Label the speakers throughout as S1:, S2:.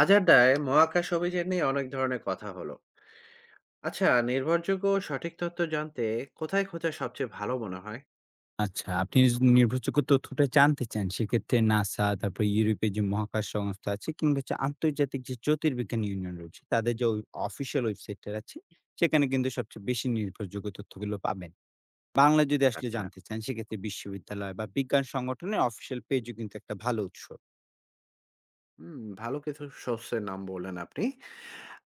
S1: আজাড্ডায় মহাকাশ অভিযান নিয়ে অনেক ধরনের কথা হলো। আচ্ছা, নির্ভরযোগ্য ও সঠিক তথ্য জানতে কোথায় খোঁজা সবচেয়ে ভালো মনে হয়?
S2: আচ্ছা, আপনি নির্ভরযোগ্য তথ্যটা জানতে চান, সেক্ষেত্রে নাসা, তারপর ইউরোপের যে মহাকাশ সংস্থা আছে কিংবা হচ্ছে আন্তর্জাতিক যে জ্যোতির্বিজ্ঞান ইউনিয়ন রয়েছে, তাদের যে ওই অফিসিয়াল ওয়েবসাইটটা আছে, সেখানে কিন্তু সবচেয়ে বেশি নির্ভরযোগ্য তথ্যগুলো পাবেন। বাংলায় যদি আসলে
S1: আচ্ছা।
S2: জানতে চান, সেক্ষেত্রে বিশ্ববিদ্যালয় বা বিজ্ঞান সংগঠনের অফিসিয়াল পেজও কিন্তু একটা ভালো উৎস।
S1: হুম, ভালো কিছু সোর্সের নাম বললেন আপনি।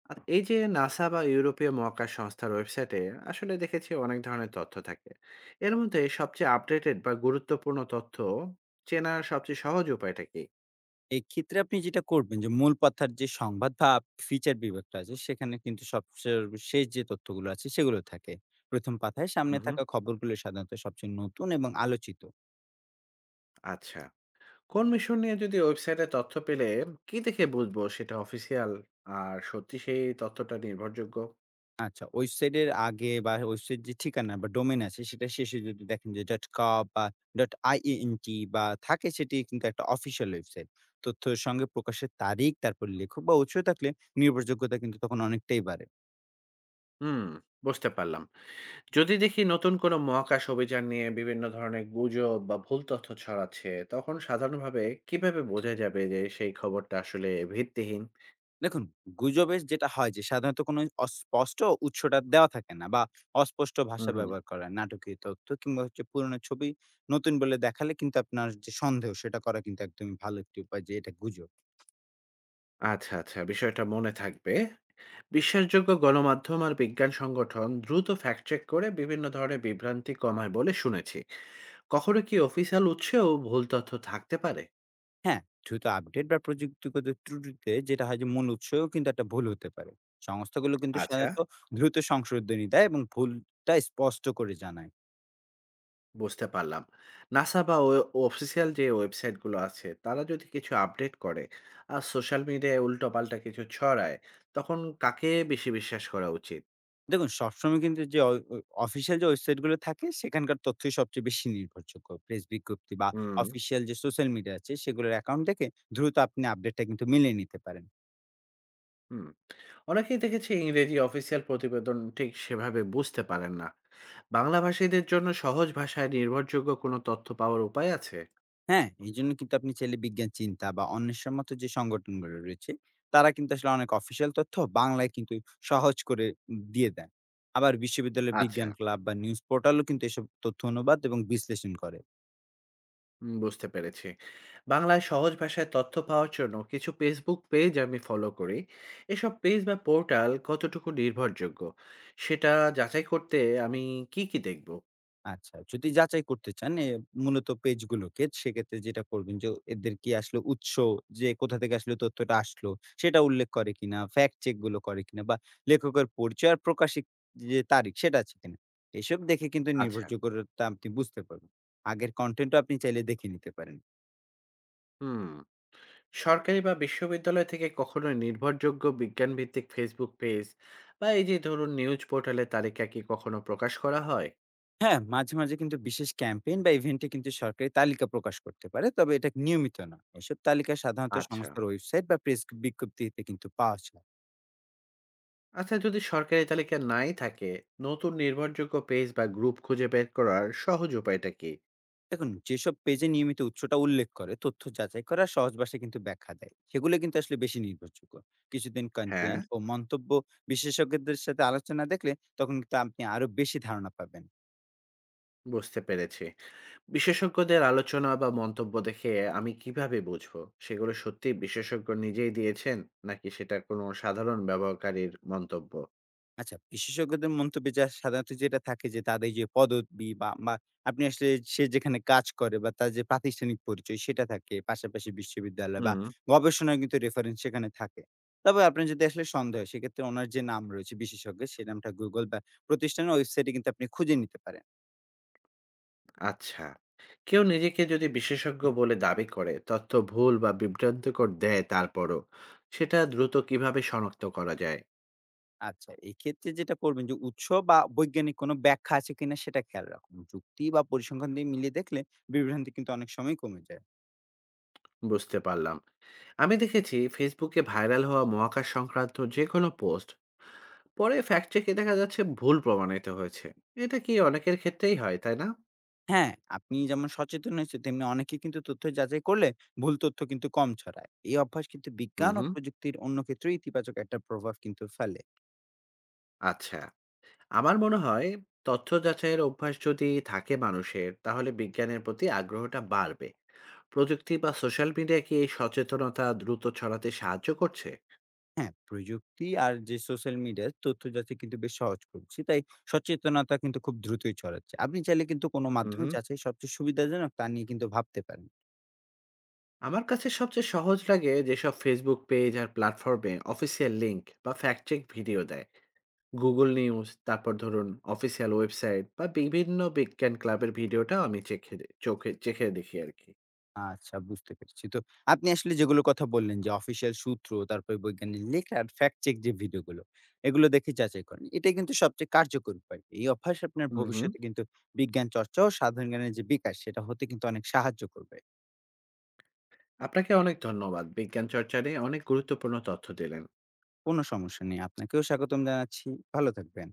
S1: আর এই যে নাসা বা ইউরোপীয় মহাকাশ সংস্থার ওয়েবসাইটে আসলে দেখেছি অনেক ধরনের তথ্য থাকে। এর মধ্যে সবচেয়ে আপডেটেড বা গুরুত্বপূর্ণ তথ্য চেনার সবচেয়ে সহজ উপায়টা কি?
S2: এক্ষেত্রে আপনি যেটা করবেন যে, মূল পাতার যে সংবাদ বা ফিচার বিভাগটা আছে, সেখানে কিন্তু সবচেয়ে শেষ যে তথ্যগুলো আছে, সেগুলো থাকে। ১ম পাতায় সামনে
S1: হুম।
S2: থাকা খবরগুলো সাধারণত সবচেয়ে নতুন এবং আলোচিত।
S1: আচ্ছা, কোন মিশন নিয়ে যদি ওয়েবসাইটে তথ্য পেলে কি দেখে বুঝবো সেটা অফিসিয়াল আর সত্যি সেই তথ্যটা নির্ভরযোগ্য?
S2: আচ্ছা, ওয়েবসাইটের আগে বা ওয়েবসাইট যে ঠিকানা বা ডোমেইন আছে সেটা শেষে যদি দেখেন যে .com বা .ienti বা থাকে, সেটি কিন্তু একটা অফিসিয়াল ওয়েবসাইট। তথ্যের সঙ্গে প্রকাশের তারিখ, তারপর লেখক বা উৎস থাকলে নির্ভরযোগ্যতা কিন্তু তখন অনেকটাই বাড়ে।
S1: হুম, বুঝতে পারলাম। যদি দেখি নতুন কোনো মহাকাশ অভিযান নিয়ে বিভিন্ন ধরনের গুজব বা ভুল তথ্য ছড়াচ্ছে, তখন সাধারণভাবে কিভাবে বোঝা যাবে যে সেই খবরটা আসলে ভিত্তিহীন?
S2: দেখুন, গুজবে যেটা হয় যে সাধারণত কোনো অস্পষ্ট উৎসটা দেওয়া থাকে না বা অস্পষ্ট
S1: হুম,
S2: ভাষা
S1: হুম।
S2: ব্যবহার করা, নাটকীয় তথ্য কিংবা হচ্ছে পুরনো ছবি নতুন বলে দেখালে কিন্তু আপনার যে সন্দেহ সেটা করা কিন্তু একদমই ভালো একটি উপায় যে এটা গুজব।
S1: আচ্ছা, আচ্ছা, বিষয়টা মনে থাকবে। বিশ্বাসযোগ্য গণমাধ্যম আর বিজ্ঞান সংগঠন দ্রুত ফ্যাক্ট চেক করে বিভিন্ন ধরনের বিভ্রান্তি কমায় বলে শুনেছি। কখনো কি অফিসিয়াল উৎসেও ভুল তথ্য থাকতে পারে?
S2: হ্যাঁ, দ্রুত আপডেট বা প্রযুক্তিগত ত্রুটিতে যেটা হয় যে মূল উৎসও কিন্তু একটা ভুল হতে পারে। সংস্থাগুলো কিন্তু
S1: আচ্ছা।
S2: সাধারণত দ্রুত সংশোধনী দেয় এবং ভুলটা স্পষ্ট করে জানায়।
S1: বুঝতে পারলাম। নাসা বা অফিসিয়াল যে ওয়েবসাইটগুলো আছে, তারা যদি কিছু আপডেট করে আর সোশ্যাল মিডিয়ায় উল্টোপাল্টা কিছু ছড়ায়, তখন কাকে বেশি বিশ্বাস করা উচিত?
S2: দেখুন, সবসময় কিন্তু যে অফিসিয়াল যে ওয়েবসাইটগুলো থাকে সেখানকার তথ্যই সবচেয়ে বেশি নির্ভরযোগ্য। প্রেস বিজ্ঞপ্তি বা
S1: হুম,
S2: অফিসিয়াল যে সোশ্যাল মিডিয়া আছে সেগুলোর অ্যাকাউন্ট থেকে দ্রুত আপনি আপডেটটা কিন্তু মিলিয়ে নিতে পারেন।
S1: হুম। অনেকেই দেখেছি ইংরেজি অফিসিয়াল প্রতিবেদন ঠিক সেভাবে বুঝতে পারেন না। বাংলা ভাষীদের জন্য সহজ ভাষায় নির্ভরযোগ্য কোনো তথ্য পাওয়ার উপায় আছে?
S2: হ্যাঁ, এইজন্য কিন্তু আপনি চাইলে বিজ্ঞান চিন্তা বা অন্বেষণ মতো যে সংগঠনগুলো রয়েছে, তারা কিন্তু আসলে অনেক অফিসিয়াল তথ্য বাংলায় কিন্তু সহজ করে দিয়ে দেন। আবার বিশ্ববিদ্যালয়ের
S1: আচ্ছা।
S2: বিজ্ঞান ক্লাব বা নিউজ পোর্টালও কিন্তু এসব তথ্য অনুবাদ এবং বিশ্লেষণ করে।
S1: হুম, বুঝতে পেরেছি। বাংলায় সহজ ভাষায় তথ্য পাওয়ার জন্য কিছু Facebook পেজ আমি ফলো করি। এসব পেজ বা পোর্টাল কতটুকু নির্ভরযোগ্য সেটা যাচাই করতে আমি কি দেখব?
S2: আচ্ছা, যদি যাচাই করতে চান এ মূলত পেজগুলোকে, সেক্ষেত্রে যেটা করবেন যে এদের কি আসলে উৎস যে কোথা থেকে আসলে তথ্যটা আসলো সেটা উল্লেখ করে কিনা, ফ্যাক্ট চেক গুলো করে কিনা বা লেখকের পরিচয় আর প্রকাশিক যে তারিখ সেটা আছে কিনা। এসব দেখে কিন্তু
S1: আচ্ছা,
S2: নির্ভরযোগ্যতা আপনি বুঝতে পারবেন। আগের কনটেন্টও আপনি চাইলে দেখে নিতে পারেন।
S1: হুম। সরকারি বা বিশ্ববিদ্যালয় থেকে কখনো নির্ভরযোগ্য বিজ্ঞানভিত্তিক Facebook পেজ বা এই যে ধরুন নিউজ পোর্টালের তালিকা কি কখনো প্রকাশ করা হয়?
S2: হ্যাঁ, মাঝে মাঝে কিন্তু বিশেষ ক্যাম্পেইন বা ইভেন্টে কিন্তু সরকারি তালিকা প্রকাশ করতে পারে। তবে এটা নিয়মিত না। এসব তালিকা সাধারণত
S1: আচ্ছা।
S2: সংস্থার ওয়েবসাইট বা প্রেস বিজ্ঞপ্তিতে কিন্তু পাওয়া যায়।
S1: আচ্ছা, যদি সরকারি তালিকা নাই থাকে, নতুন নির্ভরযোগ্য পেজ বা গ্রুপ খুঁজে বের করার সহজ উপায়টা কি?
S2: দেখুন, যেসব পেজে নিয়মিত উৎসটা উল্লেখ করে তথ্য যাচাই করা সহজ ভাষায় কিন্তু ব্যাখ্যা দেয় সেগুলো কিন্তু আসলে বেশি নির্ভরযোগ্য। কিছুদিন
S1: হ্যাঁ।
S2: কন্টেন্ট ও মন্তব্য বিশেষজ্ঞদের সাথে আলোচনা দেখলে তখন কিন্তু আপনি আরো বেশি ধারণা পাবেন।
S1: বুঝতে পেরেছি। বিশেষজ্ঞদের আলোচনা বা মন্তব্য দেখে আমি কিভাবে বুঝবো সেগুলো সত্যিই বিশেষজ্ঞ নিজেই দিয়েছেন নাকি সেটা কোনো সাধারণ ব্যবহারকারীর মন্তব্য?
S2: আচ্ছা, বিশেষজ্ঞদের মন্তব্যে যা সাধারণত যেটা থাকে যে তাদের যে পদবি বা বা আপনি আসলে সে যেখানে কাজ করে বা তার যে প্রাতিষ্ঠানিক পরিচয় সেটা থাকে। পাশাপাশি বিশ্ববিদ্যালয় বা
S1: হুম।
S2: গবেষণার কিন্তু রেফারেন্স সেখানে থাকে। তবে আপনার যদি আসলে সন্দেহ হয় সেক্ষেত্রে ওনার যে নাম রয়েছে বিশেষজ্ঞের সে নামটা Google বা প্রতিষ্ঠানের ওয়েবসাইটে কিন্তু আপনি খুঁজে নিতে পারেন।
S1: আচ্ছা। কেউ নিজেকে যদি বিশেষজ্ঞ বলে দাবি করে তথ্য ভুল বা বিভ্রান্তিকর দেয়, তারপরও সেটা দ্রুত কিভাবে শনাক্ত করা যায়?
S2: আচ্ছা, এক্ষেত্রে যেটা করবেন যে উৎস বা বৈজ্ঞানিক কোনো ব্যাখ্যা আছে কিনা সেটা খেয়াল রাখুন। যুক্তি বা পরিসংখ্যান দিয়ে মিলিয়ে দেখলে বিভ্রান্তি কিন্তু অনেক সময় কমে যায়।
S1: বুঝতে পারলাম। আমি দেখেছি ফেসবুকে ভাইরাল হওয়া মহাকাশ সংক্রান্ত যে কোনো পোস্ট পরে ফ্যাক্ট চেকে দেখা যাচ্ছে ভুল প্রমাণিত হয়েছে। এটা কি অনেকের ক্ষেত্রেই হয়, তাই না?
S2: হ্যাঁ, আপনি যেমন সচেতন হয়েছেন, তেমনি অনেকে কিন্তু তথ্য যাচাই করলে ভুল তথ্য কিন্তু কম ছড়ায়। এই অভ্যাস কিন্তু
S1: হুম,
S2: বিজ্ঞান ও
S1: হুম।
S2: প্রযুক্তির অন্য ক্ষেত্রে ইতিবাচক একটা প্রভাব কিন্তু ফেলে।
S1: আচ্ছা, আমার মনে হয় তথ্য যাচাইয়ের অভ্যাস যদি থাকে মানুষের, তাহলে বিজ্ঞানের প্রতি আগ্রহটা বাড়বে। প্রযুক্তি বা সোশ্যাল মিডিয়া কি এই সচেতনতা দ্রুত ছড়াতে সাহায্য করছে?
S2: হ্যাঁ, প্রযুক্তি আর যে সোশ্যাল মিডিয়া তথ্য যাচাই কিন্তু বেশ সহজ করছে। তাই সচেতনতা কিন্তু খুব দ্রুতই ছড়াচ্ছে। আপনি চাইলে কিন্তু কোনো
S1: হুম,
S2: মাধ্যমে
S1: হুম।
S2: যাচাই সবচেয়ে সুবিধাজনক তা নিয়ে কিন্তু ভাবতে পারেন।
S1: আমার কাছে সবচেয়ে সহজ লাগে যেসব ফেসবুক পেজ আর প্ল্যাটফর্মে অফিসিয়াল লিংক বা ফ্যাক্ট চেক ভিডিও দেয়। গুগল নিউজ, তারপর ধরুন অফিসিয়াল ওয়েবসাইট বা বিভিন্ন বিজ্ঞান ক্লাবের ভিডিওটা আমি চোখে চেখে দেখি আর কি।
S2: আচ্ছা, বুঝতে পেরেছি। তো আপনি আসলে যেগুলোর কথা বললেন যে অফিসিয়াল সূত্র, তারপরে বৈজ্ঞানিক লেখা আর ফ্যাক্ট চেক যে ভিডিওগুলো, এগুলো দেখে যাচাই করেন। এটাই কিন্তু সবচেয়ে কার্যকর উপায়। এই অভ্যাস আপনার
S1: হুম, হুম।
S2: ভবিষ্যতে কিন্তু বিজ্ঞান চর্চা ও সাধারণ জ্ঞানের যে বিকাশ, সেটা হতে কিন্তু অনেক সাহায্য করবে।
S1: আপনাকে অনেক ধন্যবাদ, বিজ্ঞান চর্চা নিয়ে অনেক গুরুত্বপূর্ণ তথ্য দিলেন।
S2: কোনো সমস্যা নেই। আপনাকেও স্বাগতম জানাচ্ছি। ভালো থাকবেন।